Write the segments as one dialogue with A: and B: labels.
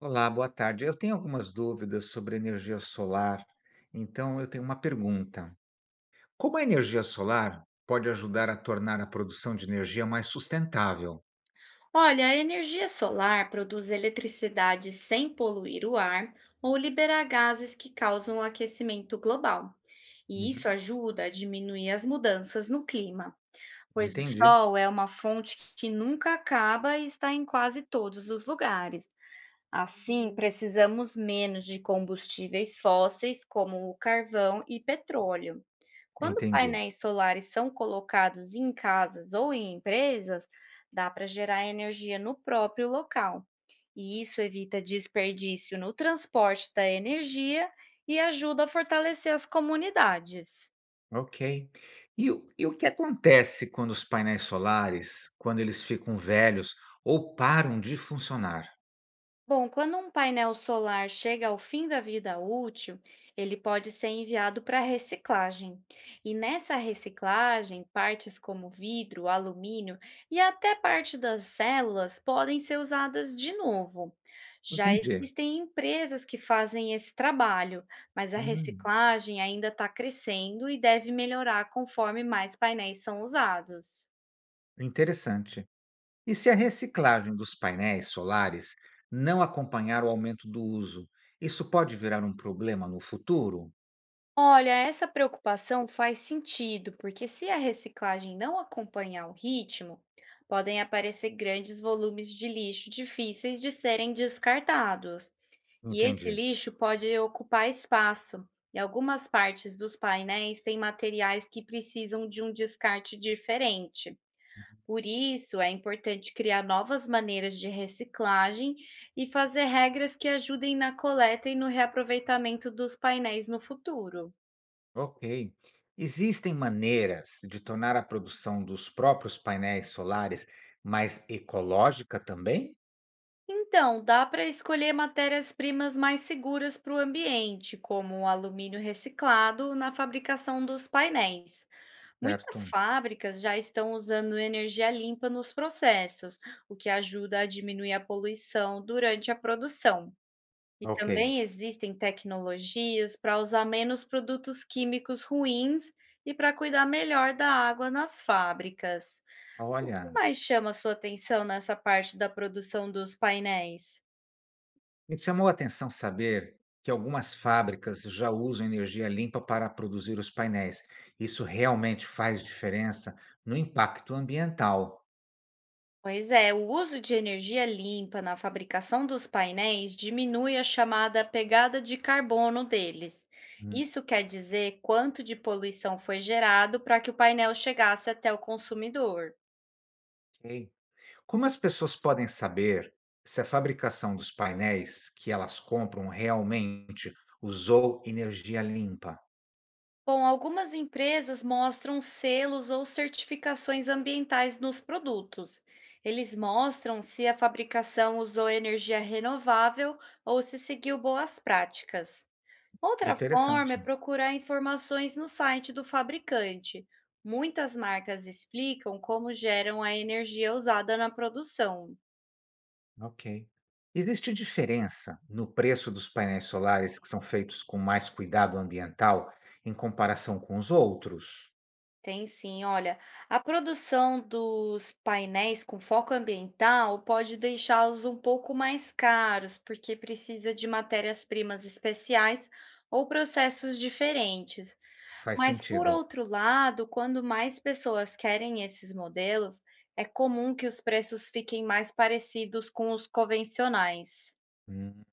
A: Olá, boa tarde. Eu tenho algumas dúvidas sobre energia solar, então eu tenho uma pergunta. Como a energia solar pode ajudar a tornar a produção de energia mais sustentável?
B: Olha, a energia solar produz eletricidade sem poluir o ar ou liberar gases que causam aquecimento global. E
A: Uhum.
B: isso ajuda a diminuir as mudanças no clima, pois o
A: Entendi,
B: sol é uma fonte que nunca acaba e está em quase todos os lugares. Assim, precisamos menos de combustíveis fósseis, como o carvão e petróleo. Quando
A: entendi.
B: painéis solares são colocados em casas ou em empresas, dá para gerar energia no próprio local. E isso evita desperdício no transporte da energia e ajuda a fortalecer as comunidades.
A: Ok. E o que acontece quando os painéis solares, quando eles ficam velhos ou param de funcionar?
B: Bom, quando um painel solar chega ao fim da vida útil, ele pode ser enviado para reciclagem. E nessa reciclagem, partes como vidro, alumínio e até parte das células podem ser usadas de novo. Já
A: Entendi.
B: existem empresas que fazem esse trabalho, mas a
A: Hum,
B: reciclagem ainda está crescendo e deve melhorar conforme mais painéis são usados.
A: interessante. E se a reciclagem dos painéis solares não acompanhar o aumento do uso, isso pode virar um problema no futuro?
B: Olha, essa preocupação faz sentido, porque se a reciclagem não acompanhar o ritmo, podem aparecer grandes volumes de lixo difíceis de serem descartados. E esse
A: Entendi.
B: lixo pode ocupar espaço, e algumas partes dos painéis têm materiais que precisam de um descarte diferente. Por isso, é importante criar novas maneiras de reciclagem e fazer regras que ajudem na coleta e no reaproveitamento dos painéis no futuro.
A: Ok. Existem maneiras de tornar a produção dos próprios painéis solares mais ecológica também?
B: Então, dá para escolher matérias-primas mais seguras para o ambiente, como o alumínio reciclado na fabricação dos painéis.
A: Certo.
B: Muitas fábricas já estão usando energia limpa nos processos, o que ajuda a diminuir a poluição durante a produção. E
A: Ok.
B: também existem tecnologias para usar menos produtos químicos ruins e para cuidar melhor da água nas fábricas. O que
A: Olha,
B: mais chama sua atenção nessa parte da produção dos painéis?
A: me chamou a atenção saber que algumas fábricas já usam energia limpa para produzir os painéis. Isso realmente faz diferença no impacto ambiental.
B: Pois é, o uso de energia limpa na fabricação dos painéis diminui a chamada pegada de carbono deles.
A: Hum.
B: Isso quer dizer quanto de poluição foi gerado para que o painel chegasse até o consumidor.
A: Ok. Como as pessoas podem saber se a fabricação dos painéis que elas compram realmente usou energia limpa?
B: Bom, algumas empresas mostram selos ou certificações ambientais nos produtos. Eles mostram se a fabricação usou energia renovável ou se seguiu boas práticas. Outra forma
A: Interessante,
B: é procurar informações no site do fabricante. Muitas marcas explicam como geram a energia usada na produção.
A: ok. Existe diferença no preço dos painéis solares que são feitos com mais cuidado ambiental em comparação com os outros?
B: Tem sim, olha, a produção dos painéis com foco ambiental pode deixá-los um pouco mais caros, porque precisa de matérias-primas especiais ou processos diferentes.
A: Faz
B: Mas, por
A: sentido.
B: outro lado, quando mais pessoas querem esses modelos, é comum que os preços fiquem mais parecidos com os convencionais.
A: Hum.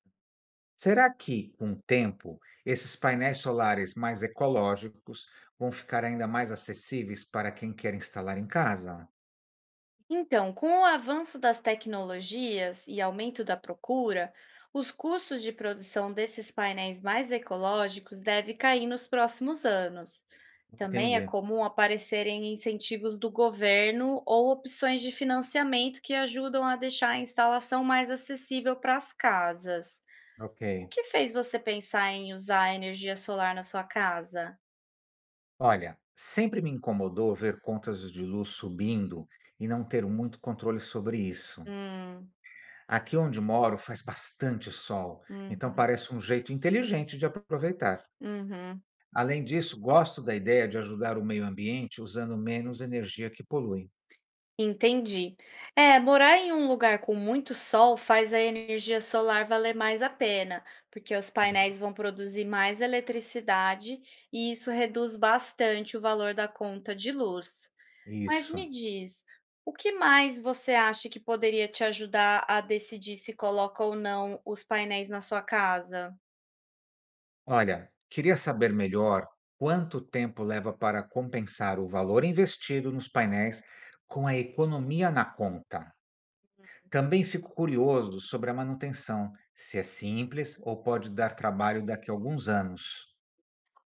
A: Será que, com o tempo, esses painéis solares mais ecológicos vão ficar ainda mais acessíveis para quem quer instalar em casa?
B: Então, com o avanço das tecnologias e aumento da procura, os custos de produção desses painéis mais ecológicos devem cair nos próximos anos. Também é
A: Entendi.
B: comum aparecerem incentivos do governo ou opções de financiamento que ajudam a deixar a instalação mais acessível para as casas.
A: Ok.
B: O que fez você pensar em usar energia solar na sua casa?
A: Olha, sempre me incomodou ver contas de luz subindo e não ter muito controle sobre isso.
B: Hum.
A: Aqui onde moro faz bastante sol, então
B: Uhum.
A: parece um jeito inteligente de aproveitar.
B: Uhum.
A: Além disso, gosto da ideia de ajudar o meio ambiente usando menos energia que polui.
B: Entendi. É, morar em um lugar com muito sol faz a energia solar valer mais a pena, porque os painéis vão produzir mais eletricidade e isso reduz bastante o valor da conta de luz. Mas
A: Isso.
B: me diz, o que mais você acha que poderia te ajudar a decidir se coloca ou não os painéis na sua casa?
A: Olha, queria saber melhor quanto tempo leva para compensar o valor investido nos painéis com a economia na conta. Também fico curioso sobre a manutenção, se é simples ou pode dar trabalho daqui a alguns anos.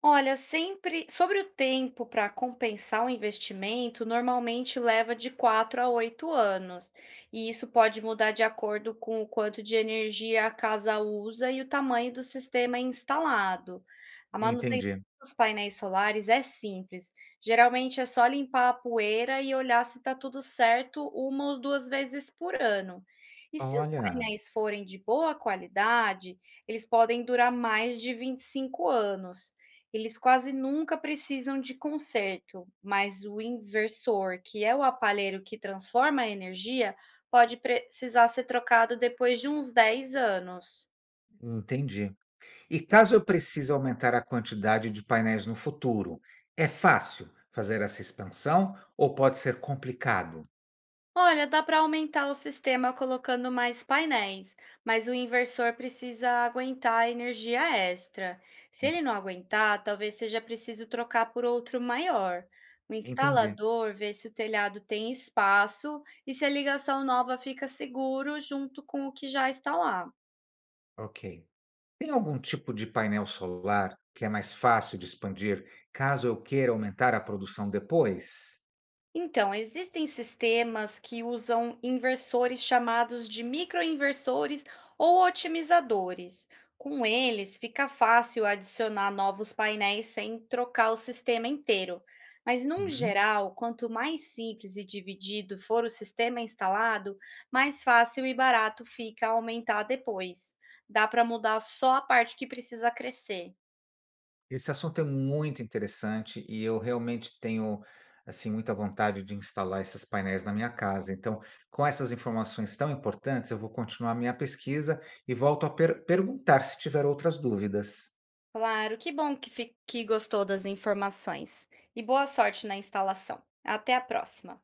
B: Olha, sempre sobre o tempo para compensar o investimento, normalmente leva de 4 a 8 anos, e isso pode mudar de acordo com o quanto de energia a casa usa e o tamanho do sistema instalado. A manutenção
A: Entendi.
B: dos painéis solares é simples, geralmente é só limpar a poeira e olhar se está tudo certo uma ou duas vezes por ano. E se os
A: Olha,
B: painéis forem de boa qualidade, eles podem durar mais de 25 anos. Eles quase nunca precisam de conserto, mas o inversor, que é o aparelho que transforma a energia, pode precisar ser trocado depois de uns 10 anos.
A: entendi. E caso eu precise aumentar a quantidade de painéis no futuro, é fácil fazer essa expansão ou pode ser complicado?
B: Olha, dá para aumentar o sistema colocando mais painéis, mas o inversor precisa aguentar a energia extra. Se ele não aguentar, talvez seja preciso trocar por outro maior. O
A: Entendi.
B: instalador vê se o telhado tem espaço e se a ligação nova fica seguro junto com o que já está lá.
A: Ok. Tem algum tipo de painel solar que é mais fácil de expandir caso eu queira aumentar a produção depois?
B: Então, existem sistemas que usam inversores chamados de microinversores ou otimizadores. Com eles, fica fácil adicionar novos painéis sem trocar o sistema inteiro. Mas, num
A: Uhum.
B: geral, quanto mais simples e dividido for o sistema instalado, mais fácil e barato fica aumentar depois. Dá para mudar só a parte que precisa crescer.
A: Esse assunto é muito interessante e eu realmente tenho, assim, muita vontade de instalar esses painéis na minha casa. Então, com essas informações tão importantes, eu vou continuar a minha pesquisa e volto a perguntar se tiver outras dúvidas.
B: Claro, que bom que, que gostou das informações. E boa sorte na instalação. Até a próxima.